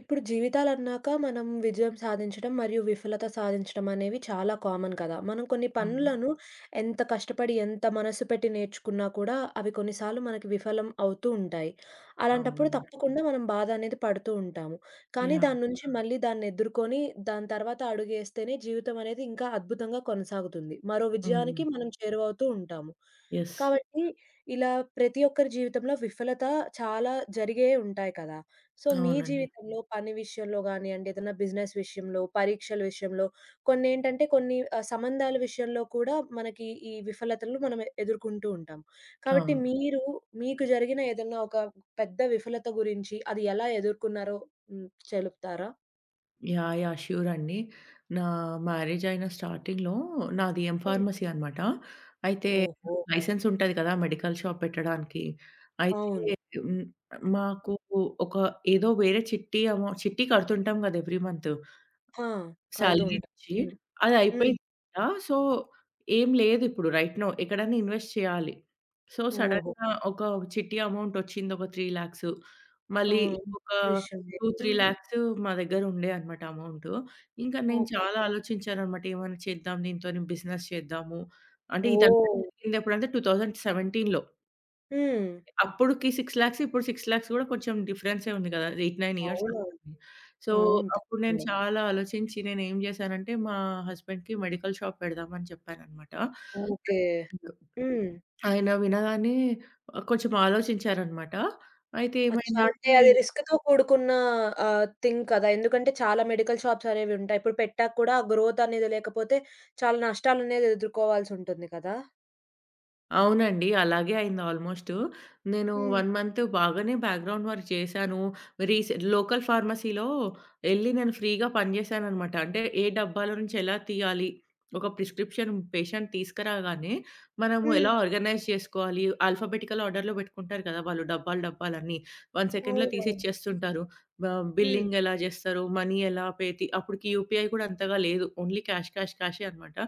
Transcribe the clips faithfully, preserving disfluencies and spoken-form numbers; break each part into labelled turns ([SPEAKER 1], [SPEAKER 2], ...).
[SPEAKER 1] ఇప్పుడు జీవితాలన్నాక మనం విజయం సాధించడం, మరియు విఫలత సాధించడం అనేవి చాలా కామన్ కదా! మనం కొన్ని
[SPEAKER 2] అవును.
[SPEAKER 1] పనులను ఎంత కష్టపడి, ఎంత మనసు పెట్టి నేర్చుకున్నా కూడా, అవి కొన్నిసార్లు మనకి విఫలం అవుతూ ఉంటాయి. అలాంటప్పుడు
[SPEAKER 2] అవునండి.
[SPEAKER 1] తప్పకుండా మనం బాధ అనేది పడుతూ ఉంటాము. కానీ
[SPEAKER 2] యాహ్!
[SPEAKER 1] దాని నుంచి మళ్ళీ దాన్ని ఎదుర్కొని, దాని తర్వాత అడుగేస్తేనే జీవితం అనేది ఇంకా అద్భుతంగా కొనసాగుతుంది. మరో
[SPEAKER 2] హ్మ్.
[SPEAKER 1] విజయానికి మనం చేరువవుతూ ఉంటాము.
[SPEAKER 2] యెస్.
[SPEAKER 1] కాబట్టి ఇలా ప్రతి ఒక్కరి జీవితంలో విఫలత చాలా జరిగే ఉంటాయి కదా! సో, మీ
[SPEAKER 2] అవునండి.
[SPEAKER 1] జీవితంలో పని విషయంలో గానియండి, ఏదైనా బిజినెస్ విషయంలో, పరీక్షల విషయంలో కొన్నేంటంటే కొన్ని ఆహ్, సంబంధాల విషయంలో కూడా మనకి ఈ విఫలతలను మనం ఎ- ఎదుర్కొంటూ ఉంటాం. కాబట్టి
[SPEAKER 2] అవును.
[SPEAKER 1] మీరు మీకు జరిగిన ఏదన్నా ఒక పెద్ద విఫలత గురించి అది ఎలా ఎదుర్కొన్నారో హ్మ్. చెలుపుతారా?
[SPEAKER 2] యాహ్! యాహ్! ష్యూర్ అండి. నా మ్యారేజ్ అయిన స్టార్టింగ్‌లో నాది ఎం
[SPEAKER 1] హ్మ్.
[SPEAKER 2] ఫార్మసీ అన్నమాట. అయితే
[SPEAKER 1] ఓహో!
[SPEAKER 2] లైసెన్స్ ఉంటది కదా! మెడికల్ షాప్ పెట్టడానికి. అయితే
[SPEAKER 1] అవును.
[SPEAKER 2] హ్మ్. మాకు ఒక ఏదో వేరే చిట్టి అమౌ చిట్టి కడుతుంటాం కదా! Every month.
[SPEAKER 1] ఆ! కడుతూ
[SPEAKER 2] సాలరీ
[SPEAKER 1] ఉంటాం.
[SPEAKER 2] నుంచి.
[SPEAKER 1] హ్మ్.
[SPEAKER 2] అది
[SPEAKER 1] హ్మ్.
[SPEAKER 2] అయిపోయిందంట. సో, ఏం లేదిప్పుడు రైట్ నౌ. ఎక్కడైనా ఇన్వెస్ట్ చేయాలి. సో,
[SPEAKER 1] ఓహో!
[SPEAKER 2] సడెన్‌గా ఒక చిట్టి అమౌంట్ వచ్చింది. ఒక మూడు,లక్షలు,
[SPEAKER 1] ఆ!
[SPEAKER 2] మళ్ళీ ఇంకొక
[SPEAKER 1] ట్యూషన్.
[SPEAKER 2] రెండు, మూడు
[SPEAKER 1] హ్మ్.
[SPEAKER 2] లాక్స్ మా దగ్గర ఉండే అన్నమాట అమౌంట్. ఇంకా నేను
[SPEAKER 1] ఓకే.
[SPEAKER 2] చాలా ఆలోచించానన్నమాట. ఏమైనా చేద్దాం దీంతోని, బిజినెస్ చేద్దాము. అంటే ఇదంతా
[SPEAKER 1] ఓహ్!
[SPEAKER 2] జరిగిందెప్పుడంటే 2017లో.
[SPEAKER 1] హ్మ్.
[SPEAKER 2] అప్పుడుకి ఆరు,లక్షలు, ఇప్పుడు ఆరు,లక్షలు కూడా కొంచెం డిఫరెన్సే ఉంది కదా! ఎనిమిది, తొమ్మిది ఇయర్స్
[SPEAKER 1] అవునవును.
[SPEAKER 2] అవుతుంది. సో,
[SPEAKER 1] అవును.
[SPEAKER 2] అప్పుడు నేను
[SPEAKER 1] తప్పకుండా.
[SPEAKER 2] చాలా ఆలోచించి నేనేం చేశానంటే, మా హస్బెండ్‌కి మెడికల్ షాప్ పెడదామని చెప్పాననమాట.
[SPEAKER 1] ఓకే.
[SPEAKER 2] అయితే
[SPEAKER 1] హ్మ్.
[SPEAKER 2] ఆయన వినగానే ఆహ్, కొంచెం ఆలోచించారనమాట. అయితే
[SPEAKER 1] అచ్చా! సో అంటే
[SPEAKER 2] ఏమైందంటే
[SPEAKER 1] అది రిస్క్‌తో కూడుకున్న ఆహ్, థింగ్ కదా! ఎందుకంటే చాలా మెడికల్ షాప్స్ అనేవి ఉంటాయి. ఇప్పుడు పెట్టాక కూడా ఆ గ్రోత్ అనేది లేకపోతే చాలా నష్టాలనేది ఎదుర్కోవాల్సుంటుంది కదా!
[SPEAKER 2] అవునండి, అలాగే అయింది ఆల్మోస్టు. నేను ఒక
[SPEAKER 1] హ్మ్.
[SPEAKER 2] మంత్ బాగానే బ్యాక్‌గ్రౌండ్ వర్క్ చేశాను. రీసె లోకల్ ఫార్మసీలో ఎళ్లి నేను ఫ్రీగా పనిచేశాననమాట. అంటే ఏ డబ్బాలో నుంచి ఎలా తీయాలి, ఒక ప్రిస్క్రిప్షన్ పేషెంట్ తీసుకురాగానే మనము
[SPEAKER 1] హ్మ్.
[SPEAKER 2] ఎలా ఆర్గనైజ్ చేసుకోవాలి, ఆల్ఫాబెటికల్ ఆర్డర్‌లో పెట్టుకుంటారు కదా వాళ్ళు డబ్బాలు డబ్బాలన్నీ. ఒక సెకండ్‌లో తీసి
[SPEAKER 1] అవునవును.
[SPEAKER 2] ఇచ్చేస్తుంటారు. ఆహ్,
[SPEAKER 1] హ్మ్.
[SPEAKER 2] బిల్లింగ్ ఎలా చేస్తారు, మనీ ఎలా పే తి అప్పటికి యూపీఐ కూడా అంతగా లేదు. ఓన్లీ క్యాష్ క్యాష్ క్యాషే అనమాట.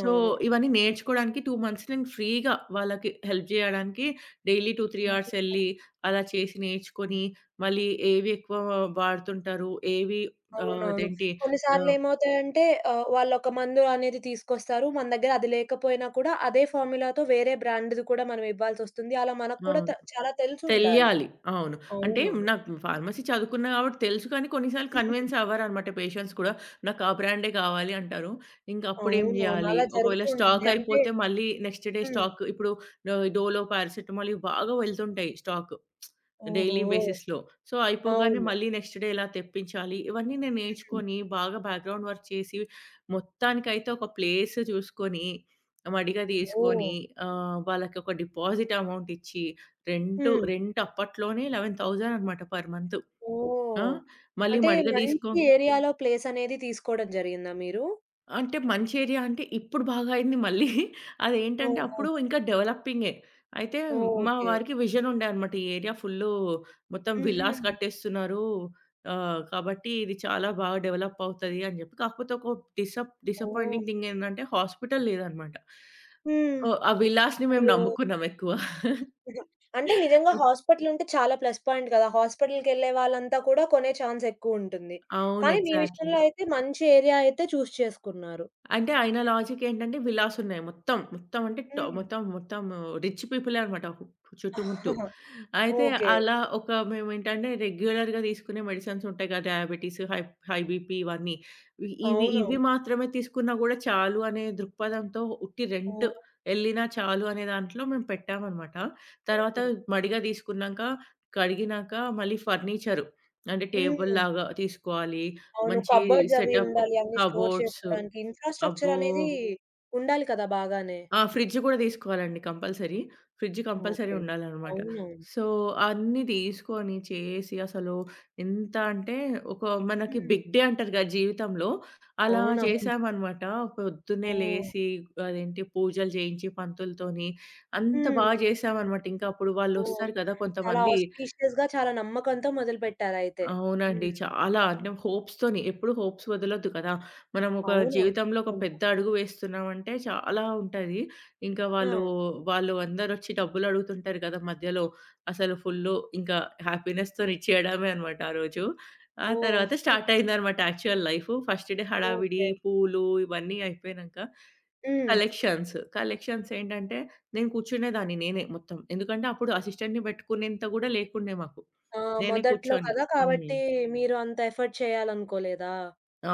[SPEAKER 2] సో, ఇవన్నీ నేర్చుకోడానికి రెండు మంత్స్ నేను ఫ్రీగా వాళ్ళకి హెల్ప్ జేయడానికి డైలీ రెండు, మూడు
[SPEAKER 1] అవును.
[SPEAKER 2] అవర్స్ ఎళ్లి, అలా చేసి నేర్చుకొని, మళ్ళీ ఏవి ఎక్కువ వాడుతుంటారు, ఏవి ఆహ్,
[SPEAKER 1] అవునవును.
[SPEAKER 2] అదేంటి
[SPEAKER 1] కొన్నిసార్లు
[SPEAKER 2] ఆహ్,
[SPEAKER 1] ఏమవుతాయంటే ఆహ్, వాళ్ళొక మందు అనేది తీసుకొస్తారు. మన దగ్గర అది లేకపోయినా కూడా అదే ఫార్ములాతో వేరే బ్రాండ్‌ది కూడా మనం ఇవ్వాల్సొస్తుంది. అలా మనకు
[SPEAKER 2] ఆ!
[SPEAKER 1] కూడా త చాలా తెలిసుండాలి.
[SPEAKER 2] తెలియాలి. అవును. అంటే
[SPEAKER 1] అవునవును.
[SPEAKER 2] నాకు ఫార్మసీ చదువుకున్నా కాబట్టి తెలుసు, కానీ కొన్నిసార్లు
[SPEAKER 1] హ్మ్.
[SPEAKER 2] కన్విన్స్ అవ్వరనమాట పేషెంట్స్ కూడా. నాకు ఆ బ్రాండే కావాలి అంటారు. ఇంక అప్పుడేం
[SPEAKER 1] అవునవును.
[SPEAKER 2] జేయాలి?
[SPEAKER 1] అలా జరుగుతూ
[SPEAKER 2] ఒకవేళ
[SPEAKER 1] ఉంటుంది.
[SPEAKER 2] స్టాక్
[SPEAKER 1] అంటే
[SPEAKER 2] అయిపోతే మళ్ళీ నెక్స్ట్ డే
[SPEAKER 1] హ్మ్.
[SPEAKER 2] స్టాక్ ఇప్పుడు ఆహ్, డోలో, పారాసెటమాల్ ఇవి బాగా వెళ్తుంటాయి స్టాక్.
[SPEAKER 1] ఓహో!
[SPEAKER 2] డైలీ బేసిస్‌లో. సో, అయిపోగానే
[SPEAKER 1] అవును.
[SPEAKER 2] మళ్ళీ నెక్స్ట్ డే ఎలా తెప్పించాలి? ఇవన్నీ నేను
[SPEAKER 1] హ్మ్.
[SPEAKER 2] నేర్చుకొని బాగా బ్యాక్‌గ్రౌండ్ వర్క్ చేసి మొత్తానికైతే ఒక ప్లేస్ చూసుకొని, మడిగా
[SPEAKER 1] ఓహ్!
[SPEAKER 2] తీసుకొని, ఆహ్, వాళ్ళకి ఒక డిపాజిట్ అమౌంట్ ఇచ్చి, రెంటు
[SPEAKER 1] హ్మ్.
[SPEAKER 2] రెంట్ అప్పట్లోనే పదకొండు వేలు అనమాట పర్ మంత్. ఆ!
[SPEAKER 1] ఓహ్!
[SPEAKER 2] మళ్ళీ
[SPEAKER 1] అంటే
[SPEAKER 2] మడిగా తీసుకో
[SPEAKER 1] మంచి ఏరియాలో ప్లేస్ అనేది తీసుకోవడం జరిగిందా మీరు?
[SPEAKER 2] అంటే మంచి ఏరియా అంటే ఇప్పుడు బాగా అయింది మళ్ళీ. అదేంటంటే
[SPEAKER 1] ఓహో!
[SPEAKER 2] అప్పుడు ఇంకా డెవలపింగే. అయితే మా
[SPEAKER 1] ఓకే.
[SPEAKER 2] వారికి విజన్ ఉండే అనమాట. ఈ ఏరియా ఫుల్లు మొత్తం విల్లాస్
[SPEAKER 1] హుహు.
[SPEAKER 2] కట్టేస్తున్నారు. ఆహ్, కాబట్టి ఇది చాలా బాగా డెవలప్ అవుతది అని చెప్పి. కాకపోతే ఒక డిసప్
[SPEAKER 1] ఓహ్!
[SPEAKER 2] డిసప్పాయింటింగ్ థింగ్ ఏందంటే హాస్పిటల్ లేదనమాట.
[SPEAKER 1] హ్మ్.
[SPEAKER 2] ఓహ్! ఆ విల్లాస్‌ని మేము
[SPEAKER 1] అయ్యో!
[SPEAKER 2] నమ్ముకున్నాం ఎక్కువ.
[SPEAKER 1] అంటే నిజంగా హాస్పిటల్ ఉంటే చాలా ప్లస్ పాయింట్ కదా! హాస్పిటల్‌కెళ్ళే వాళ్ళంతా కూడా కొనే ఛాన్స్ ఎక్కువ ఉంటుంది.
[SPEAKER 2] అవును.
[SPEAKER 1] కానీ మీ
[SPEAKER 2] ఎగ్జాక్ట్‌లీ.
[SPEAKER 1] విషయంలో అయితే మంచి ఏరియా అయితే చూస్ చేసుకున్నారు.
[SPEAKER 2] అంటే ఆయన లాజిక్ ఏంటంటే విల్లాస్ ఉన్నాయి. మొత్తం, మొత్తం అంటే ట
[SPEAKER 1] హ్మ్.
[SPEAKER 2] మొత్తం, మొత్తం రిచ్ పీపులే అనమాట చుట్టుముట్టు. అయితే
[SPEAKER 1] ఓకే.
[SPEAKER 2] అలా ఒక మేమేంటంటే రెగ్యులర్‌గా తీసుకునే మెడిసిన్స్ ఉంటాయి కదా! డయాబెటిస్, హై హై బీపీ ఇవన్నీ. ఇ ఇవి
[SPEAKER 1] అవునవును.
[SPEAKER 2] ఇవి మాత్రమే తీసుకున్నా గూడా చాలు అనే దృక్పథంతో, ఉట్టి రెంట్
[SPEAKER 1] ఓహ్!
[SPEAKER 2] ఎళ్ళినా చాలు అనే దాంట్లో మేము పెట్టామనమాట. తర్వాత మడిగా తీసుకున్నాక, కడిగినాక మళ్ళీ ఫర్నిచరు. అంటే
[SPEAKER 1] హ్మ్.
[SPEAKER 2] టేబుల్‌లాగా తీసుకోవాలి.
[SPEAKER 1] అవును.
[SPEAKER 2] మంచి
[SPEAKER 1] కబోర్డ్స్ అవి
[SPEAKER 2] సెటప్,
[SPEAKER 1] ఉండాలి. అన్నీ స్టోర్
[SPEAKER 2] కబోర్డ్స్.
[SPEAKER 1] చేసుకోడానికి. ఇన్‌ఫ్రాస్ట్రక్చర్
[SPEAKER 2] అబ్బో!
[SPEAKER 1] అనేది ఉండాలి కదా! బాగానే.
[SPEAKER 2] ఆ! ఫ్రిడ్జ్ కూడా తీసుకోవాలండి కంపల్సరీ. Fridge compulsory
[SPEAKER 1] okay.
[SPEAKER 2] ఉండాలనమాట.
[SPEAKER 1] అవునవును.
[SPEAKER 2] సో, అన్నీ తీసుకొని, చేసి, అసలు ఎంత అంటే ఒక మనకి
[SPEAKER 1] హ్మ్.
[SPEAKER 2] బిగ్ డే అంటారు కదా జీవితంలో, అలా
[SPEAKER 1] అవునవును.
[SPEAKER 2] చేశామనమాట. పొద్దున్నే
[SPEAKER 1] ఓహ్!
[SPEAKER 2] లేసి అదేంటి పూజలు చేయించి పంతులతోని అంత
[SPEAKER 1] హ్మ్.
[SPEAKER 2] బాగా చేశామనమాట. ఇంకా అప్పుడు
[SPEAKER 1] ఓహ్!
[SPEAKER 2] వాళ్ళొస్తారు కదా
[SPEAKER 1] చాలా
[SPEAKER 2] కొంతమంది.
[SPEAKER 1] ఆస్పీషియస్‌గా చాలా నమ్మకంతో మొదలుపెట్టారయితే.
[SPEAKER 2] అవునండి.
[SPEAKER 1] హ్మ్.
[SPEAKER 2] చాలా అంటే హోప్స్‌తోని, ఎప్పుడు హోప్స్ వదలొద్దు కదా! మనం ఒక
[SPEAKER 1] అవునవును.
[SPEAKER 2] జీవితంలో ఒక
[SPEAKER 1] అవును.
[SPEAKER 2] పెద్ద అడుగు వేస్తున్నామంటే చాలా ఉంటది. ఇంకా
[SPEAKER 1] ఆ!
[SPEAKER 2] వాళ్ళు, వాళ్ళు అందరొచ్చి డబ్బులు అడుగుతుంటారు కదా! మధ్యలో అసలు ఫుల్లు ఇంకా హ్యాపీనెస్‌తోని ఇచ్చేయడమే అనమాట ఆ రోజు. ఆ తర్వాత
[SPEAKER 1] ఓహ్!
[SPEAKER 2] స్టార్ట్ అయిందనమాట యాక్చువల్ లైఫు. ఫస్ట్ డే హడావిడి,
[SPEAKER 1] ఓకే.
[SPEAKER 2] పూలు ఇవన్నీ అయిపోయినంక
[SPEAKER 1] హ్మ్.
[SPEAKER 2] కలెక్షన్స్. కలెక్షన్స్ ఏంటంటే నేను కూర్చునేదాన్ని, నేనే మొత్తం. ఎందుకంటే అప్పుడు అసిస్టెంట్‌ని పెట్టుకునేంత గూడా లేకుండే మాకు.
[SPEAKER 1] ఆ!
[SPEAKER 2] నేనే
[SPEAKER 1] మొదట్లో
[SPEAKER 2] కూర్చొని
[SPEAKER 1] కదా!
[SPEAKER 2] హ్మ్.
[SPEAKER 1] కాబట్టి మీరు అంత ఎఫర్ట్ చేయాలనుకోలేదా?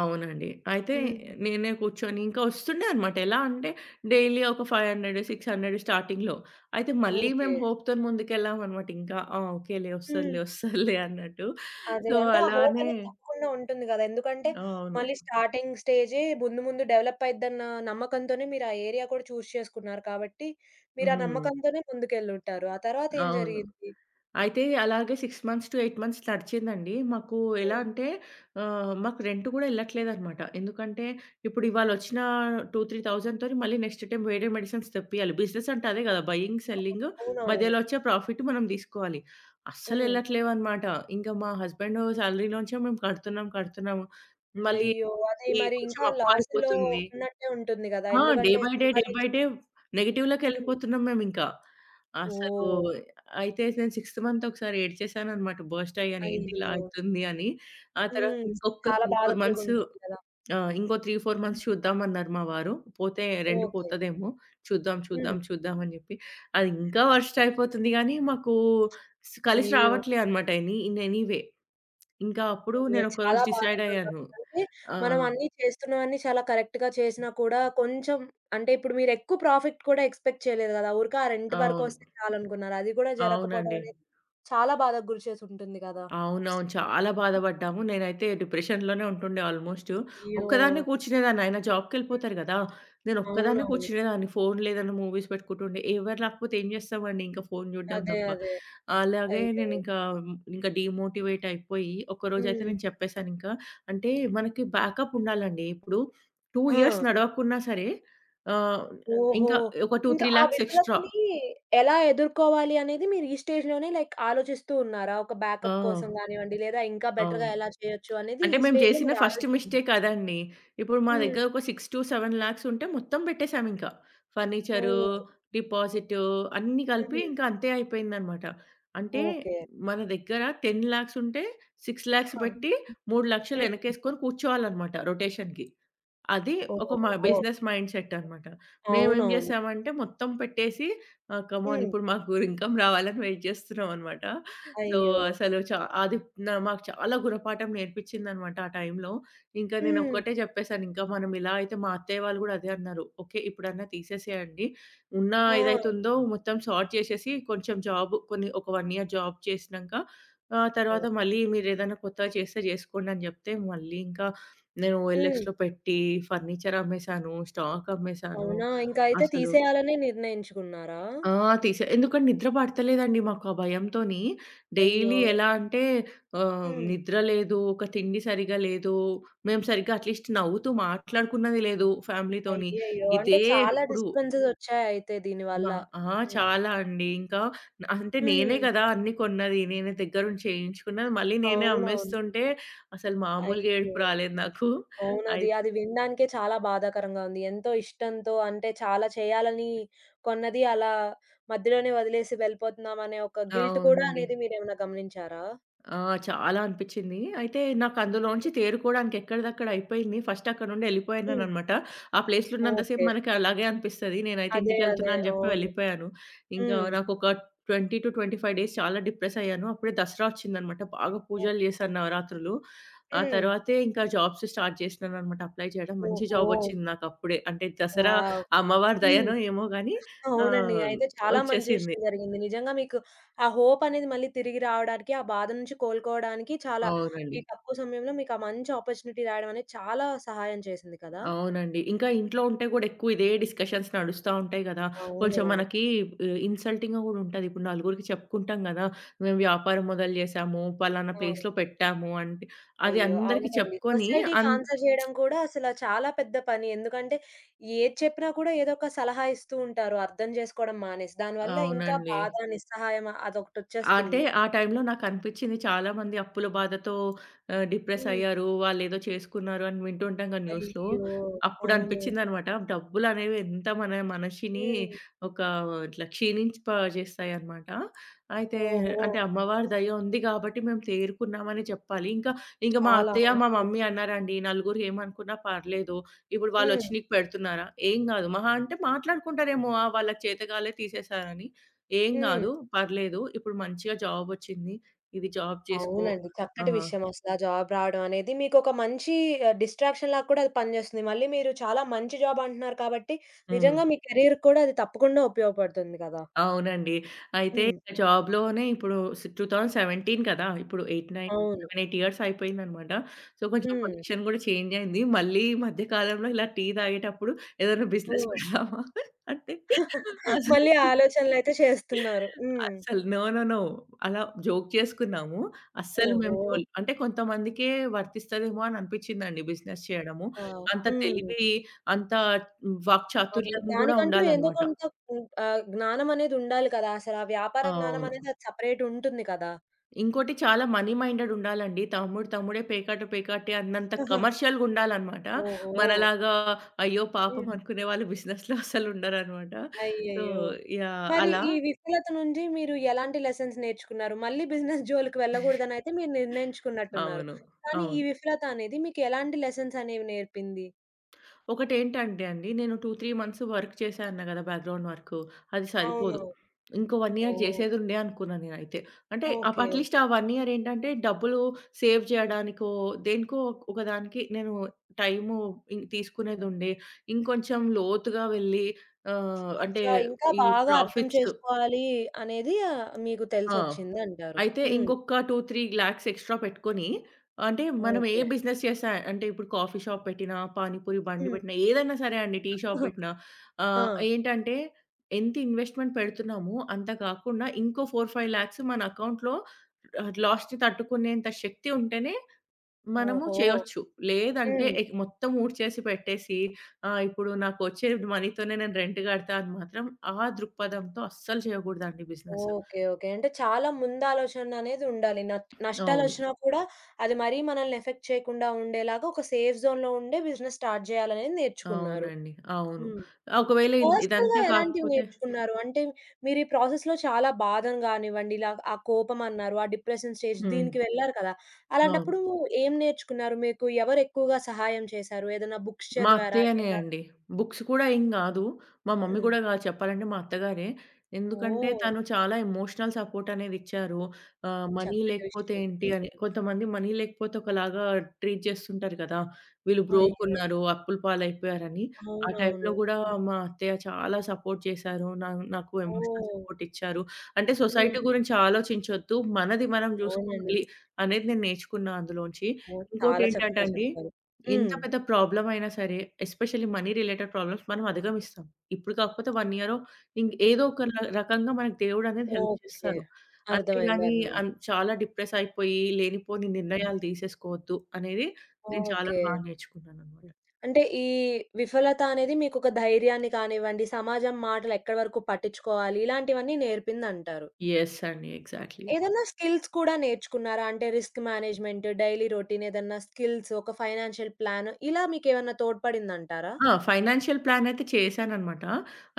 [SPEAKER 2] అవునండి. అయితే
[SPEAKER 1] హ్మ్.
[SPEAKER 2] నేనే కూర్చొని ఇంకా వస్తుండే అన్నమాట. ఎలా అంటే డైలీ ఒక ఐదు వందలు, ఆరు వందలు స్టార్టింగ్‌లో. అయితే మళ్ళీ
[SPEAKER 1] ఓకే.
[SPEAKER 2] మేము హోప్‌తోని ముందుకెళ్ళామన్నమాట ఇంకా. ఆ! ఓకేలే
[SPEAKER 1] హ్మ్.
[SPEAKER 2] వస్తదిలే, వస్తదిలే అన్నట్టు.
[SPEAKER 1] అదే.
[SPEAKER 2] సో,
[SPEAKER 1] అంటే ఆ హోప్
[SPEAKER 2] అలానే
[SPEAKER 1] అనేది తప్పకుండా ఉంటుంది గదా! ఎందుకంటే
[SPEAKER 2] అవును.
[SPEAKER 1] మళ్ళీ స్టార్టింగ్ స్టేజే ముందు ముందు డెవలప్ అయిద్దన్న నమ్మకంతోనే మీరు ఆ ఏరియా కూడా చూజ్ చేసుకున్నారు కాబట్టి, మీరు ఆ
[SPEAKER 2] హ్మ్.
[SPEAKER 1] నమ్మకంతోనే ముందుకెళ్ళుంటారు. ఆ తర్వాత ఏం
[SPEAKER 2] అవును.
[SPEAKER 1] జరిగింది?
[SPEAKER 2] అయితే అలాగే ఆరు మంత్స్ టు ఎనిమిది మంత్స్ నడిచిందండి. మాకు ఎలా
[SPEAKER 1] హ్మ్.
[SPEAKER 2] అంటే ఆహ్, మాకు రెంట్ కూడా ఎళ్ళట్లేదనమాట. ఎందుకంటే ఇప్పుడు ఇవాళొచ్చిన రెండు, మూడు వేలు తోని మళ్ళీ నెక్స్ట్ టైమ్ వేరే మెడిసిన్స్ తెప్పియాలి. బిజినెస్ అంటే అదే గదా! బయింగ్, సెల్లింగ్
[SPEAKER 1] అవునవును.
[SPEAKER 2] మధ్యలో వచ్చే ప్రాఫిట్ మనం దీసుకోవాలి.
[SPEAKER 1] హ్మ్.
[SPEAKER 2] అస్సలెళ్ళట్లేవనమాట. ఇంకా మా హస్బెండ్ సాలరీలోంచే మేము కడుతున్నాం, కడుతున్నాము. మళ్ళీ
[SPEAKER 1] అయ్యో! అది
[SPEAKER 2] ఈ
[SPEAKER 1] మరి
[SPEAKER 2] కొంచెం
[SPEAKER 1] ఇంకా
[SPEAKER 2] అప్పు
[SPEAKER 1] లాస్‌లో
[SPEAKER 2] అయిపోతుంది.
[SPEAKER 1] ఉన్నట్టే ఉంటుంది గదా!
[SPEAKER 2] ఆ! డే
[SPEAKER 1] ఎందుకంటే
[SPEAKER 2] బై డే, డే బై
[SPEAKER 1] సంపాదించి
[SPEAKER 2] డే
[SPEAKER 1] హ్మ్.
[SPEAKER 2] నెగెటివ్‌లోకెళ్ళిపోతున్నాం మేమింకా. అసలు
[SPEAKER 1] ఓహ్!
[SPEAKER 2] అయితే నేను సిక్స్త్ మంత్ ఒకసారి ఏడ్చేసాననమాట, బర్స్ట్ అయ్యాను. ఏంటి ఇలా
[SPEAKER 1] అయ్యో!
[SPEAKER 2] అయితుంది అని. ఆ తర్వాత
[SPEAKER 1] హ్మ్.
[SPEAKER 2] ఇంకొక
[SPEAKER 1] చాలా
[SPEAKER 2] 3,
[SPEAKER 1] బాధ
[SPEAKER 2] 4 మంత్స్
[SPEAKER 1] కలిగుంటుంది గదా!
[SPEAKER 2] ఆహ్, ఇంకో మూడు, నాలుగు మంత్స్ చూద్దామన్నారు మా వారు. పోతే రెంట్
[SPEAKER 1] ఓకే.
[SPEAKER 2] పోతదేమో చూద్దాం,
[SPEAKER 1] హ్మ్.
[SPEAKER 2] చూద్దాం, చూద్దాం అని జెప్పి, అది ఇంకా వర్స్ట్ అయిపోతుంది గానీ మాకు స్ కలిసి
[SPEAKER 1] అయ్యో!
[SPEAKER 2] రావట్లే అనమాట ఎనీ ఇన్ ఎనీ వే. ఇంకా అప్పుడు
[SPEAKER 1] అయ్యో! చాలా
[SPEAKER 2] నేనొకరోజు డిసైడ్
[SPEAKER 1] బాధాకరంగా
[SPEAKER 2] అయ్యాను.
[SPEAKER 1] ఉందంటే,
[SPEAKER 2] ఆ!
[SPEAKER 1] మనం అన్నీ చేస్తున్నవన్నీ చాలా కరెక్ట్‌గా చేసినా కూడా కొంచెం అంటే ఇప్పుడు మీరెక్కువ ప్రాఫిట్ కూడా ఎక్స్‌పెక్ట్ చేయలేదు గదా! ఊరికే ఆ రెంట్
[SPEAKER 2] అవును.
[SPEAKER 1] వరకొస్తే చాలనుకున్నారు. అది గూడా జరగకపోవడం
[SPEAKER 2] అవునండి.
[SPEAKER 1] అనేది చాలా బాధకు గురి చేసి ఉంటుంది గదా!
[SPEAKER 2] అవునవును. చాలా బాధపడ్డాము. నేనైతే డిప్రెషన్‌లోనే ఉంటుండే ఆల్‌మోస్ట్.
[SPEAKER 1] అయ్యో!
[SPEAKER 2] ఒక్కదాన్నే కూర్చునేదాన్ని. ఆయన
[SPEAKER 1] హ్మ్.
[SPEAKER 2] జాబ్‌కెళ్ళిపోతారు గదా! నేనొక్కదాన్నే
[SPEAKER 1] అవునవును.
[SPEAKER 2] కూర్చునేదాన్ని. ఫోన్ లేదన్నా మూవీస్ పెట్టుకుంటుండే. ఎవరు లేకపోతే ఏం చేస్తామండి ఇంకా ఫోన్ చూడడం
[SPEAKER 1] అదే.
[SPEAKER 2] తప్ప.
[SPEAKER 1] అదే.
[SPEAKER 2] అలాగే
[SPEAKER 1] అయ్యో!
[SPEAKER 2] నేనింకా ఇంకా ఇంకా డీమోటివేట్ అయిపోయి ఒకరోజైతే
[SPEAKER 1] హ్మ్.
[SPEAKER 2] నేను చెప్పేసానింకా. అంటే మనకి బ్యాకప్ ఉండాలండి. ఇప్పుడు రెండు ఇయర్స్
[SPEAKER 1] ఆ!
[SPEAKER 2] నడవకున్నా సరే ఆహ్,
[SPEAKER 1] ఓహో!
[SPEAKER 2] ఇంకా ఒక రెండు,
[SPEAKER 1] ఇంకా
[SPEAKER 2] మూడు
[SPEAKER 1] ఆ
[SPEAKER 2] లాక్స్ ఎక్స్‌ట్రా.
[SPEAKER 1] విఫలతని ఎలా ఎదుర్కోవాలి అనేది మీరు ఈ స్టేజ్‌లోనే లైక్ ఆలోచిస్తూ ఉన్నారా? ఒక
[SPEAKER 2] ఆ!
[SPEAKER 1] బ్యాకప్ కోసం గానివ్వండి, లేదా ఇంకా బెటర్‌గా
[SPEAKER 2] అవును.
[SPEAKER 1] ఎలా చేయొచ్చు అనేది
[SPEAKER 2] అంటే
[SPEAKER 1] ఈ
[SPEAKER 2] మేము
[SPEAKER 1] స్టేజ్‌లో
[SPEAKER 2] చేసిన
[SPEAKER 1] మీరు
[SPEAKER 2] ఫస్ట్
[SPEAKER 1] ఆలోచిస్తున్నారు.
[SPEAKER 2] మిస్టేక్ అదండి. ఇప్పుడు మా
[SPEAKER 1] హ్మ్.
[SPEAKER 2] దగ్గర ఒక ఆరు,లక్షలు-ఏడు,లక్షలు ఉంటే మొత్తం పెట్టేసామింకా. ఫర్నిచరు,
[SPEAKER 1] ఓహ్!
[SPEAKER 2] డిపాజిటు అన్నీ కలిపి
[SPEAKER 1] హ్మ్.
[SPEAKER 2] ఇంకా అంతే అయిపోయిందనమాట. అంటే
[SPEAKER 1] ఓకే.
[SPEAKER 2] మన దగ్గర పది,లక్షలు ఉంటే ఆరు,లక్షలు
[SPEAKER 1] ఆ!
[SPEAKER 2] పెట్టి మూడు,లక్షలు
[SPEAKER 1] హ్మ్.
[SPEAKER 2] ఎనకేసుకొని కూర్చోవాలనమాట రొటేషన్‌కి. అది ఒక మ
[SPEAKER 1] ఓహోహో!
[SPEAKER 2] బిజినెస్ మైండ్ సెట్ అనమాట. మేమేం
[SPEAKER 1] అవునవును.
[SPEAKER 2] జేసామంటే మొత్తం పెట్టేసి ఆహ్, కమాన్
[SPEAKER 1] హ్మ్.
[SPEAKER 2] ఇప్పుడు మాకు ఇన్‌కమ్ రావాలని వెయిట్ జేస్తున్నామనమాట. సో,
[SPEAKER 1] అయ్యో!
[SPEAKER 2] అసలు చా అది నా మాకు చాలా గుణపాఠం నేర్పించిందనమాట ఆ టైంలో. ఇంకా
[SPEAKER 1] హ్మ్.
[SPEAKER 2] నేనొక్కటే చెప్పేసాను, ఇంకా మనం ఇలా అయితే మా అత్తయ్య వాళ్ళు గూడా అదే అన్నారు. "ఓకే. ఇప్పుడన్నా తీసేసేయండి. ఉన్న
[SPEAKER 1] ఆ!
[SPEAKER 2] ఏదైతే ఉందో మొత్తం సార్ట్ చేసేసి, కొంచెం జాబ్ కొన్ని ఒక 1 ఇయర్ జాబ్ చేసినంక ఆహ్, తర్వాత
[SPEAKER 1] ఓహ్!
[SPEAKER 2] మళ్ళీ మీరేదైనా కొత్తగా చేస్తే జేసుకోండి" అని జెప్తే మళ్ళీ ఇంకా నేను
[SPEAKER 1] హ్మ్.
[SPEAKER 2] ఓఎల్ఎక్స్‌లో పెట్టి ఫర్నిచర్ అమ్మేసాను, స్టాక్ అమ్మేసాను.
[SPEAKER 1] అవునా? ఇంక అయితే
[SPEAKER 2] అసలు
[SPEAKER 1] తీసేయాలనే నిర్ణయించుకున్నారా?
[SPEAKER 2] ఆ! తీసే ఎందుకంటే నిద్ర పడతలేదండి మాకు ఆ భయంతోని.
[SPEAKER 1] అయ్యో!
[SPEAKER 2] డైలీ ఎలా అంటే ఆహ్,
[SPEAKER 1] హ్మ్.
[SPEAKER 2] నిద్ర లేదు, ఒక తిండి సరిగ్గా లేదు, మేము సరిగ్గా అట్‌లీస్ట్ నవ్వుతూ మాట్లాడుకున్నది లేదు ఫ్యామిలీతోని.
[SPEAKER 1] అయ్యయ్యో! అంటే
[SPEAKER 2] ఇదే
[SPEAKER 1] చాలా
[SPEAKER 2] ఎప్పుడు
[SPEAKER 1] డిస్టర్బెన్సెస్ వచ్చాయయితే దీనివల్ల.
[SPEAKER 2] మా ఆ!
[SPEAKER 1] హ్మ్.
[SPEAKER 2] చాలా అండి. ఇంకా అంటే నేనే
[SPEAKER 1] హ్మ్.
[SPEAKER 2] కదా అన్నీ కొన్నది, నేనే దగ్గరుండి చేయించుకున్నది, మళ్ళీ నేనే
[SPEAKER 1] అవునవును.
[SPEAKER 2] అమ్మేస్తుంటే అసలు మామూలుగా
[SPEAKER 1] అయ్యో!
[SPEAKER 2] ఏడుపు రాలేదు నాకు.
[SPEAKER 1] అవునది.
[SPEAKER 2] అయి
[SPEAKER 1] అది అది వినడానికే చాలా బాధాకరంగా ఉంది. ఎంతో ఇష్టంతో అంటే చాలా చేయాలని కొన్నది అలా మధ్యలోనే వదిలేసి వెళ్ళిపోతున్నామనే ఒక గిల్ట్ కూడా
[SPEAKER 2] అవునండి.
[SPEAKER 1] అనేది మీరేమైనా గమనించారా?
[SPEAKER 2] ఆ! చాలా అనిపిచ్చింది. అయితే నాకు అందులోంచి తేరుకోవడానికి ఎక్కడిదక్కడ అయిపోయింది. ఫస్ట్ అక్కడ నుండి
[SPEAKER 1] హ్మ్.
[SPEAKER 2] ఎళ్ళిపోయినాననమాట. ఆ ప్లేస్‌లో ఉన్నంత సేపు
[SPEAKER 1] ఓకే.
[SPEAKER 2] మనకి అలాగే అనిపిస్తది. నేనైతే
[SPEAKER 1] అదే. అదే.
[SPEAKER 2] ఇంటికెళ్తున్నా అని జెప్పి
[SPEAKER 1] అవును.
[SPEAKER 2] వెళ్ళిపోయాను. ఇంకా
[SPEAKER 1] హ్మ్.
[SPEAKER 2] నాకొక ఇరవై నుంచి ఇరవై ఐదు డేస్ చాలా డిప్రెస్ అయ్యాను. అప్పుడే దసరా వచ్చిందనమాట. బాగా
[SPEAKER 1] ఓహ్!
[SPEAKER 2] పూజలు జేశాను నవరాత్రులు. ఆ
[SPEAKER 1] హ్మ్.
[SPEAKER 2] తర్వాతే ఇంకా జాబ్స్ స్టార్ట్ జేసినాననమాట అప్లై చేయడం. మంచి
[SPEAKER 1] ఓహో!
[SPEAKER 2] జాబ్ వచ్చింది నాకప్పుడే. అంటే దసరా
[SPEAKER 1] వావ్!
[SPEAKER 2] అమ్మవారి
[SPEAKER 1] హ్మ్.
[SPEAKER 2] దయనో ఏమో గానీ
[SPEAKER 1] అవునండి.
[SPEAKER 2] ఆహ్,
[SPEAKER 1] అయితే చాలా మంచి
[SPEAKER 2] వచ్చేసింది.
[SPEAKER 1] విషయం జరిగింది. నిజంగా మీకు ఆ హోప్ అనేది మళ్ళీ తిరిగి రావడానికి, ఆ బాధ నుంచి కోలుకోవడానికి చాలా ఈ
[SPEAKER 2] అవునండి.
[SPEAKER 1] తక్కువ సమయంలో మీకు ఆ మంచి ఆపర్చునిటీ రావడం అనేది చాలా సహాయం చేసింది కదా!
[SPEAKER 2] అవునండి. ఇంకా ఇంట్లో ఉంటే గూడా ఎక్కువ ఇదే డిస్కషన్స్ నడుస్తా ఉంటాయి గదా! కొంచెం
[SPEAKER 1] అవునవును.
[SPEAKER 2] మనకి ఆహ్, ఇన్సల్టింగ్‌గా గూడా ఉంటది. ఇప్పుడు నలుగురికి చెప్పుకుంటాం గదా! మేము వ్యాపారం మొదలు జేసాము, పలానా
[SPEAKER 1] ఆ!
[SPEAKER 2] ప్లేస్‌లో పెట్టాము అంటే, అది
[SPEAKER 1] అయ్యో!
[SPEAKER 2] అందరికి
[SPEAKER 1] అవునండి.
[SPEAKER 2] చెప్పుకొని
[SPEAKER 1] సొసైటీకి
[SPEAKER 2] అన్
[SPEAKER 1] ఆన్సర్ చేయడం కూడా అసల చాలా పెద్ద పని. ఎందుకంటే ఏది చెప్పినా కూడా ఏదో ఒక సలహా ఇస్తూ ఉంటారు. అర్థం చేసుకోవడం మానేసి. దానివల్ల ఇంకా
[SPEAKER 2] అవునండి.
[SPEAKER 1] బాధ, నిస్సహాయం
[SPEAKER 2] అంటే
[SPEAKER 1] అదొకటొచ్చేస్తుంది.
[SPEAKER 2] ఆ టైంలో నాకనిపిచ్చింది చాలామంది అప్పుల బాధతో ఆహ్, డిప్రెస్
[SPEAKER 1] హ్మ్.
[SPEAKER 2] అయ్యారు. వాళ్ళేదో చేసుకున్నారు అని వింటుంటాం కదా న్యూస్‌లో.
[SPEAKER 1] అయ్యో! అవునా!
[SPEAKER 2] అప్పుడనిపిచ్చిందనమాట. డబ్బులనేవి ఎంత మన మనిషిని
[SPEAKER 1] హ్మ్.
[SPEAKER 2] ఒక ఇట్లా క్షీణింపజేస్తాయనమాట. అయితే
[SPEAKER 1] ఓహో!
[SPEAKER 2] అంటే అమ్మవారి
[SPEAKER 1] హ్మ్.
[SPEAKER 2] దయ ఉంది గాబట్టి మేము తేరుకున్నామనే చెప్పాలి. ఇంకా, ఇంక మా
[SPEAKER 1] చాలా.
[SPEAKER 2] అత్తయ్య, మా
[SPEAKER 1] ఓకే.
[SPEAKER 2] మమ్మీ అన్నారండి, "నలుగురు ఏమనుకున్నా పర్లేదు. ఇప్పుడు వాళ్ళొచ్చి
[SPEAKER 1] హ్మ్.
[SPEAKER 2] నీకు పెడుతున్నారా?" "ఏం గాదు. మహా అంటే మాట్లాడుకుంటారేమో ఆ! వాళ్ళకి చేతగాలే తీసేశారని." ఏం
[SPEAKER 1] హ్మ్.
[SPEAKER 2] గాదు. పర్లేదు. ఇప్పుడు మంచిగా జాబొచ్చింది. ఇది జాబ్ చేసుకో.
[SPEAKER 1] అవునండి.
[SPEAKER 2] ఆ!
[SPEAKER 1] చక్కటి విషయం అసలా జాబ్ రావడం అనేది. మీకొక మంచి ఆహ్, డిస్ట్రాక్షన్ లాగా కూడా అది పనిచేస్తుంది. మళ్ళీ మీరు చాలా మంచి జాబ్ అంటున్నారు కాబట్టి,
[SPEAKER 2] హ్మ్.
[SPEAKER 1] నిజంగా మీ కెరియర్ కూడా అది తప్పకుండా ఉపయోగపడుతుంది కదా!
[SPEAKER 2] అవునండి. అయితే
[SPEAKER 1] హ్మ్.
[SPEAKER 2] జాబ్‌లోనే ఇప్పుడు స్ రెండు వేల పదిహేడు కదా! ఇప్పుడు 8,
[SPEAKER 1] అవును.
[SPEAKER 2] 9, ఏడు, ఎనిమిది ఇయర్స్ అయిపోయిందనమాట. సో, కొంచెం
[SPEAKER 1] హ్మ్.
[SPEAKER 2] పొజిషన్ గూడా చేంజ్ అయింది. మళ్ళీ ఈ మధ్య కాలంలో ఇలా టీ తాగేటప్పుడు ఏదైనా బిజినెస్
[SPEAKER 1] ఓహ్!
[SPEAKER 2] పెడదామా అంటే అసలు
[SPEAKER 1] మళ్ళీ ఆలోచనలయితే చేస్తున్నారు. హ్మ్.
[SPEAKER 2] అస్సలు నో, నో, నో. అలా జోక్ చేసుకున్నాము. అస్సలు
[SPEAKER 1] ఓహో!
[SPEAKER 2] మేము జోల్ అంటే కొంతమందికే వర్తిస్తదేమో అని అనిపిచ్చిందండి బిజినెస్ చేయడము.
[SPEAKER 1] ఆ!
[SPEAKER 2] అంత
[SPEAKER 1] హ్మ్.
[SPEAKER 2] తెలివి, అంత
[SPEAKER 1] అవును.
[SPEAKER 2] వాక్చాతుర్యం గూడా
[SPEAKER 1] దానికంటూ ఏందో
[SPEAKER 2] ఉండాలనమాట.
[SPEAKER 1] కొంత హ్మ్, ఆహ్, జ్ఞానం అనేది ఉండాలి కదా! అసలు ఆ వ్యాపార జ్ఞానం
[SPEAKER 2] అవును.
[SPEAKER 1] అనేది అది సెపరేట్ ఉంటుంది కదా!
[SPEAKER 2] ఇంకోటి చాలా మనీ మైండెడ్ ఉండాలండి. తమ్ముడు తమ్ముడే పేకాట పేకాటే అన్నంత కమర్షియల్‌గా ఉండాలనమాట.
[SPEAKER 1] ఓహో!
[SPEAKER 2] మనలాగా అయ్యో పాపం
[SPEAKER 1] హ్మ్.
[SPEAKER 2] అనుకునే వాళ్ళు బిజినెస్‌లో అస్సలుండరనమాట. సో
[SPEAKER 1] అయ్యయ్యో!
[SPEAKER 2] యాహ్!
[SPEAKER 1] మరి
[SPEAKER 2] అలా
[SPEAKER 1] ఈ విఫలత నుండి మీరు ఎలాంటి లెసన్స్ నేర్చుకున్నారు? మళ్ళీ బిజినెస్ జోలికి వెళ్ళకూడదనయితే మీరు నిర్ణయించుకున్నట్టున్నారు.
[SPEAKER 2] అవును.
[SPEAKER 1] కానీ ఈ
[SPEAKER 2] అవును.
[SPEAKER 1] విఫలత అనేది మీకు ఎలాంటి లెసన్స్ అనేవి నేర్పింది?
[SPEAKER 2] ఒకటేంటంటే అండి, నేను రెండు, మూడు మంత్స్ వర్క్ చేశా అన్నా గదా! Background work. అది సరిపోదు.
[SPEAKER 1] అవునవును.
[SPEAKER 2] ఇంకో ఒక ఇయర్
[SPEAKER 1] ఓహ్!
[SPEAKER 2] చేసేదుండే అనుకున్నా నేనైతే. అంటే అప్
[SPEAKER 1] ఓకే.
[SPEAKER 2] అట్‌లీస్ట్ ఆ ఒక ఇయర్ ఏంటంటే డబ్బులు సేవ్ జేయడానికో, దేనికో ఒకదానికి నేను టైము ఇన్ తీసుకునేదుండే. ఇంకొంచెం లోతుగా వెళ్ళి ఆహ్, అంటే
[SPEAKER 1] అచ్చా! ఇంకా
[SPEAKER 2] ఈ
[SPEAKER 1] బాగా అర్థం
[SPEAKER 2] ప్రాఫిట్స్
[SPEAKER 1] చేసుకోవాలి అనేది ఆహ్, మీకు
[SPEAKER 2] ఆ!
[SPEAKER 1] తెలిసొచ్చిందంటారు.
[SPEAKER 2] అయితే
[SPEAKER 1] హ్మ్.
[SPEAKER 2] ఇంకొక రెండు, మూడు లాక్స్ ఎక్స్‌ట్రా పెట్టుకొని, అంటే మనం ఏ
[SPEAKER 1] ఓకే.
[SPEAKER 2] బిజినెస్ చేసా అంటే ఇప్పుడు కాఫీ షాప్ పెట్టినా, పానీపూరి బండి
[SPEAKER 1] హ్మ్.
[SPEAKER 2] పెట్టినా, ఏదైనా సరే అండి, టీ షాప్ పెట్టినా
[SPEAKER 1] ఆ!
[SPEAKER 2] ఆహ్, ఏంటంటే ఎంత ఇన్వెస్ట్‌మెంట్ పెడుతున్నామో అంత కాకుండా ఇంకో నాలుగు, ఐదు లాక్స్ మన అకౌంట్‌లో ఆహ్, లాస్‌ని తట్టుకునేంత శక్తి ఉంటేనే మనము
[SPEAKER 1] ఓహో!
[SPEAKER 2] చేయొచ్చు. లేదంటే
[SPEAKER 1] హ్మ్.
[SPEAKER 2] ఎక్ మొత్తం ఊడ్చేసి పెట్టేసి ఆహ్, ఇప్పుడు నాకొచ్చే మనీతోనే నేను రెంట్ కడతా అని మాత్రం ఆ దృక్పథంతో అస్సలు చేయకూడదండి బిజినెస్.
[SPEAKER 1] ఓకే. ఓకే. అంటే చాలా ముందాలోచననేది ఉండాలి. నట్
[SPEAKER 2] అవును.
[SPEAKER 1] నష్టాలొచ్చినా కూడా అది మరీ మనల్ని ఎఫెక్ట్ చేయకుండా ఉండేలాగా ఒక సేఫ్ జోన్‌లో ఉండే బిజినెస్ స్టార్ట్ జేయాలనేది నేర్చుకున్నారు.
[SPEAKER 2] అవునండి. అవును.
[SPEAKER 1] హ్మ్.
[SPEAKER 2] ఒకవేళ
[SPEAKER 1] పర్సనల్‌గా
[SPEAKER 2] ఇదంతా
[SPEAKER 1] ఎలాంటివి
[SPEAKER 2] కాకపోతే
[SPEAKER 1] నేర్చుకున్నారు? అంటే మీరు ఈ ప్రాసెస్‌లో చాలా బాధను గానివ్వండి, ఇలా ఆ కోపం అన్నారు, ఆ డిప్రెషన్ స్టేజ్
[SPEAKER 2] హ్మ్.
[SPEAKER 1] దీనికి వెళ్లారు కదా!
[SPEAKER 2] అవును.
[SPEAKER 1] అలాంటప్పుడు ఏం నేర్చుకున్నారు? మీకు ఎవరు ఎక్కువగా సహాయం చేశారు? ఏదైనా బుక్స్
[SPEAKER 2] మా
[SPEAKER 1] చదివారా?
[SPEAKER 2] అత్తయ్యనే
[SPEAKER 1] లేదా
[SPEAKER 2] అండి. బుక్స్ కూడా ఏం గాదు. మా మమ్మీ
[SPEAKER 1] హ్మ్.
[SPEAKER 2] గూడా గాదు, చెప్పాలంటే మా అత్తగారే. ఎందుకంటే
[SPEAKER 1] ఓహ్!
[SPEAKER 2] తను చాలా ఎమోషనల్ సపోర్ట్ అనేది ఇచ్చారు. ఆహ్, మనీ
[SPEAKER 1] చక్కటి
[SPEAKER 2] లేకపోతే
[SPEAKER 1] విషయం.
[SPEAKER 2] ఏంటి అని,
[SPEAKER 1] హ్మ్.
[SPEAKER 2] కొంతమంది మనీ లేకపోతే ఒకలాగా ట్రీట్ చేస్తుంటారు కదా! వీళ్ళు బ్రోక్
[SPEAKER 1] అయ్యో!
[SPEAKER 2] ఉన్నారు, అప్పుల పాలైపోయారని. ఆ
[SPEAKER 1] అవునవును.
[SPEAKER 2] టైంలో గూడా
[SPEAKER 1] హ్మ్.
[SPEAKER 2] మా అత్తయ్య చాలా సపోర్ట్ చేశారు. నా నాకు ఎమోషనల్
[SPEAKER 1] ఓహ్!
[SPEAKER 2] సపోర్ట్ ఇచ్చారు. అంటే
[SPEAKER 1] హ్మ్.
[SPEAKER 2] సొసైటీ గురించి ఆలోచించొద్దు, మనది మనం
[SPEAKER 1] అవునండి.
[SPEAKER 2] జూసుకోవాలి అనేది నేను నేర్చుకున్నా అందులోంచి.
[SPEAKER 1] ఓహ్! చాలా
[SPEAKER 2] ఇంకోటేంటంటే
[SPEAKER 1] చక్కగా
[SPEAKER 2] అండి,
[SPEAKER 1] చెప్పారు.
[SPEAKER 2] ఎంత
[SPEAKER 1] హ్మ్.
[SPEAKER 2] పెద్ద ప్రాబ్లమ్ అయినా సరే, ఎస్పెషల్లీ మనీ రిలేటెడ్ ప్రాబ్లమ్స్ మనం అధిగమిస్తాం. ఇప్పుడు కాకపోతే ఒక ఇయరో, ఇం ఏదో ఒక
[SPEAKER 1] హ్మ్.
[SPEAKER 2] ర రకంగా మనకు దేవుడు అనేది హెల్ప్
[SPEAKER 1] ఓకే.
[SPEAKER 2] చేస్తారు.
[SPEAKER 1] అర్థమైంది.
[SPEAKER 2] అంతేగాని
[SPEAKER 1] అర్థమైంది.
[SPEAKER 2] అన్ చాలా డిప్రెస్ అయిపోయి, లేనిపోని
[SPEAKER 1] హ్మ్.
[SPEAKER 2] నిర్ణయాలు తీసేసుకోవద్దు అనేది నేను చాలా
[SPEAKER 1] ఓకే.
[SPEAKER 2] బాగా నేర్చుకున్నాననమాట.
[SPEAKER 1] హ్మ్. అంటే ఈ విఫలత అనేది మీకొక ధైర్యాన్ని కానివ్వండి, సమాజం మాటలు ఎక్కడి వరకు పట్టించుకోవాలి ఇలాంటివన్నీ నేర్పిందంటారు.
[SPEAKER 2] యెస్ అండి. ఎగ్జాక్ట్‌లీ.
[SPEAKER 1] ఏదన్నా స్కిల్స్ కూడా నేర్చుకున్నారా? అంటే రిస్క్ మేనేజ్‌మెంట్, డైలీ రొటీన్ ఏదన్నా స్కిల్స్, ఒక ఫైనాన్షియల్ ప్లాన్ ఇలా మీకేమన్నా తోడ్పడిందంటారా?
[SPEAKER 2] ఆ! ఫైనాన్షియల్ ప్లానయితే చేశాననమాట.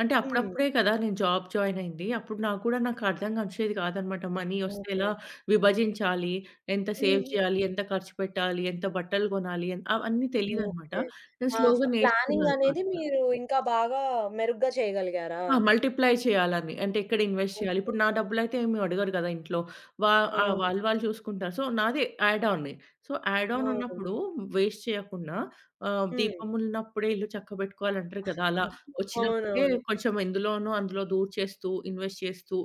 [SPEAKER 2] అంటే
[SPEAKER 1] హ్మ్.
[SPEAKER 2] అప్పుడప్పుడే కదా నేను జాబ్ జాయినయింది. అప్పుడు నాకు గూడా నాకర్థం వచ్చేది కాదనమాట. మనీ వస్తే
[SPEAKER 1] ఓకే.
[SPEAKER 2] ఎలా విభజించాలి? ఎంత హ్మ్. సేవ్
[SPEAKER 1] హుహు.
[SPEAKER 2] చేయాలి? ఎంత ఖర్చు పెట్టాలి? ఎంత బట్టలు గొనాలి? అన్ అవన్నీ తెలీదనమాట.
[SPEAKER 1] ఓకే.
[SPEAKER 2] నేను
[SPEAKER 1] ఆ! ఫ్
[SPEAKER 2] స్లోగా
[SPEAKER 1] ప్లానింగ్
[SPEAKER 2] నేర్చుకున్నాను అది
[SPEAKER 1] అనేది
[SPEAKER 2] కూడా.
[SPEAKER 1] మీరు ఇంకా బాగా మెరుగ్గా చేయగలిగారా?
[SPEAKER 2] ఆ! మల్టిప్లై చేయాలని. అంటే ఎక్కడ ఇన్వెస్ట్ చేయాలి?
[SPEAKER 1] ఓకే.
[SPEAKER 2] ఇప్పుడు నా డబ్బులైతే ఏమి అడగరు కదా ఇంట్లో. వా ఆహ్,
[SPEAKER 1] అవును.
[SPEAKER 2] వాళ్ళు వాళ్ళు చూసుకుంటారు. సో, నాది యాడ్ ఆనే. సో, యాడ్ ఆన్
[SPEAKER 1] అవును.
[SPEAKER 2] ఉన్నప్పుడు వేస్ట్ చేయకుండా, ఆహ్,
[SPEAKER 1] హ్మ్.
[SPEAKER 2] దీపం ఉన్నప్పుడే ఇల్లు చక్కబెట్టుకోవాలంటారు కదా! అలా వచ్చినప్పుడే
[SPEAKER 1] అవునవును.
[SPEAKER 2] కొంచెం ఎందులోనో అందులో దూర్చేస్తూ, ఇన్వెస్ట్ చేస్తూ,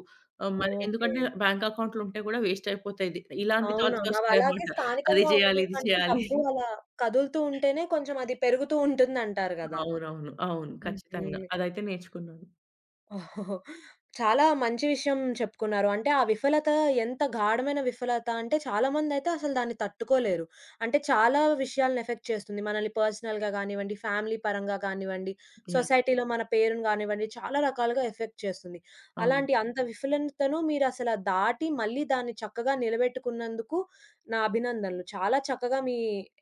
[SPEAKER 2] ఆహ్, మరి
[SPEAKER 1] ఓకే.
[SPEAKER 2] ఎందుకంటే బ్యాంక్ అకౌంట్‌లు ఉంటే కూడా వేస్ట్ అయిపోతాయి. ఇలాంటి థాట్సే
[SPEAKER 1] అవునవును. అవలాగే
[SPEAKER 2] వస్తాయన్నమాట. అది
[SPEAKER 1] స్థానికంగా
[SPEAKER 2] చేయాలి,
[SPEAKER 1] ఉండడం
[SPEAKER 2] ఇది
[SPEAKER 1] కంటే
[SPEAKER 2] చేయాలి.
[SPEAKER 1] డబ్బు అలా కదులుతూ ఉంటేనే కొంచెం అది పెరుగుతూ ఉంటుందంటారు గదా!
[SPEAKER 2] అవునవును. అవును. ఖచ్చితంగా.
[SPEAKER 1] హుహు.
[SPEAKER 2] అదైతే నేర్చుకున్నాను.
[SPEAKER 1] ఓహో! చాలా మంచి విషయం చెప్పుకున్నారు. అంటే ఆ విఫలత ఎంత గాఢమైన విఫలత అంటే చాలామందైతే అసలు దాన్ని తట్టుకోలేరు. అంటే చాలా విషయాలను ఎఫెక్ట్ చేస్తుంది. మనల్ని పర్సనల్‌గా గానివ్వండి, ఫ్యామిలీ పరంగా గానివ్వండి,
[SPEAKER 2] యాహ్!
[SPEAKER 1] సొసైటీలో మన పేరుని గానివ్వండి చాలా రకాలుగా ఎఫెక్ట్ చేస్తుంది.
[SPEAKER 2] అవును.
[SPEAKER 1] అలాంటి అంత విఫలతను మీరసల దాటి మళ్ళీ దాన్ని చక్కగా నిలబెట్టుకున్నందుకు నా అభినందనలు. చాలా చక్కగా మీ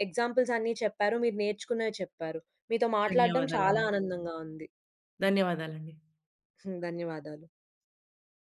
[SPEAKER 1] ఎగ్జాంపుల్స్ అన్నీ చెప్పారు. మీరు నేర్చుకున్నవి చెప్పారు. మీతో మాట్లాడడం చాలా
[SPEAKER 2] ధన్యవాదాలండి.
[SPEAKER 1] ఆనందంగా ఉంది.
[SPEAKER 2] ధన్యవాదాలండి.
[SPEAKER 1] ధన్యవాదాలు.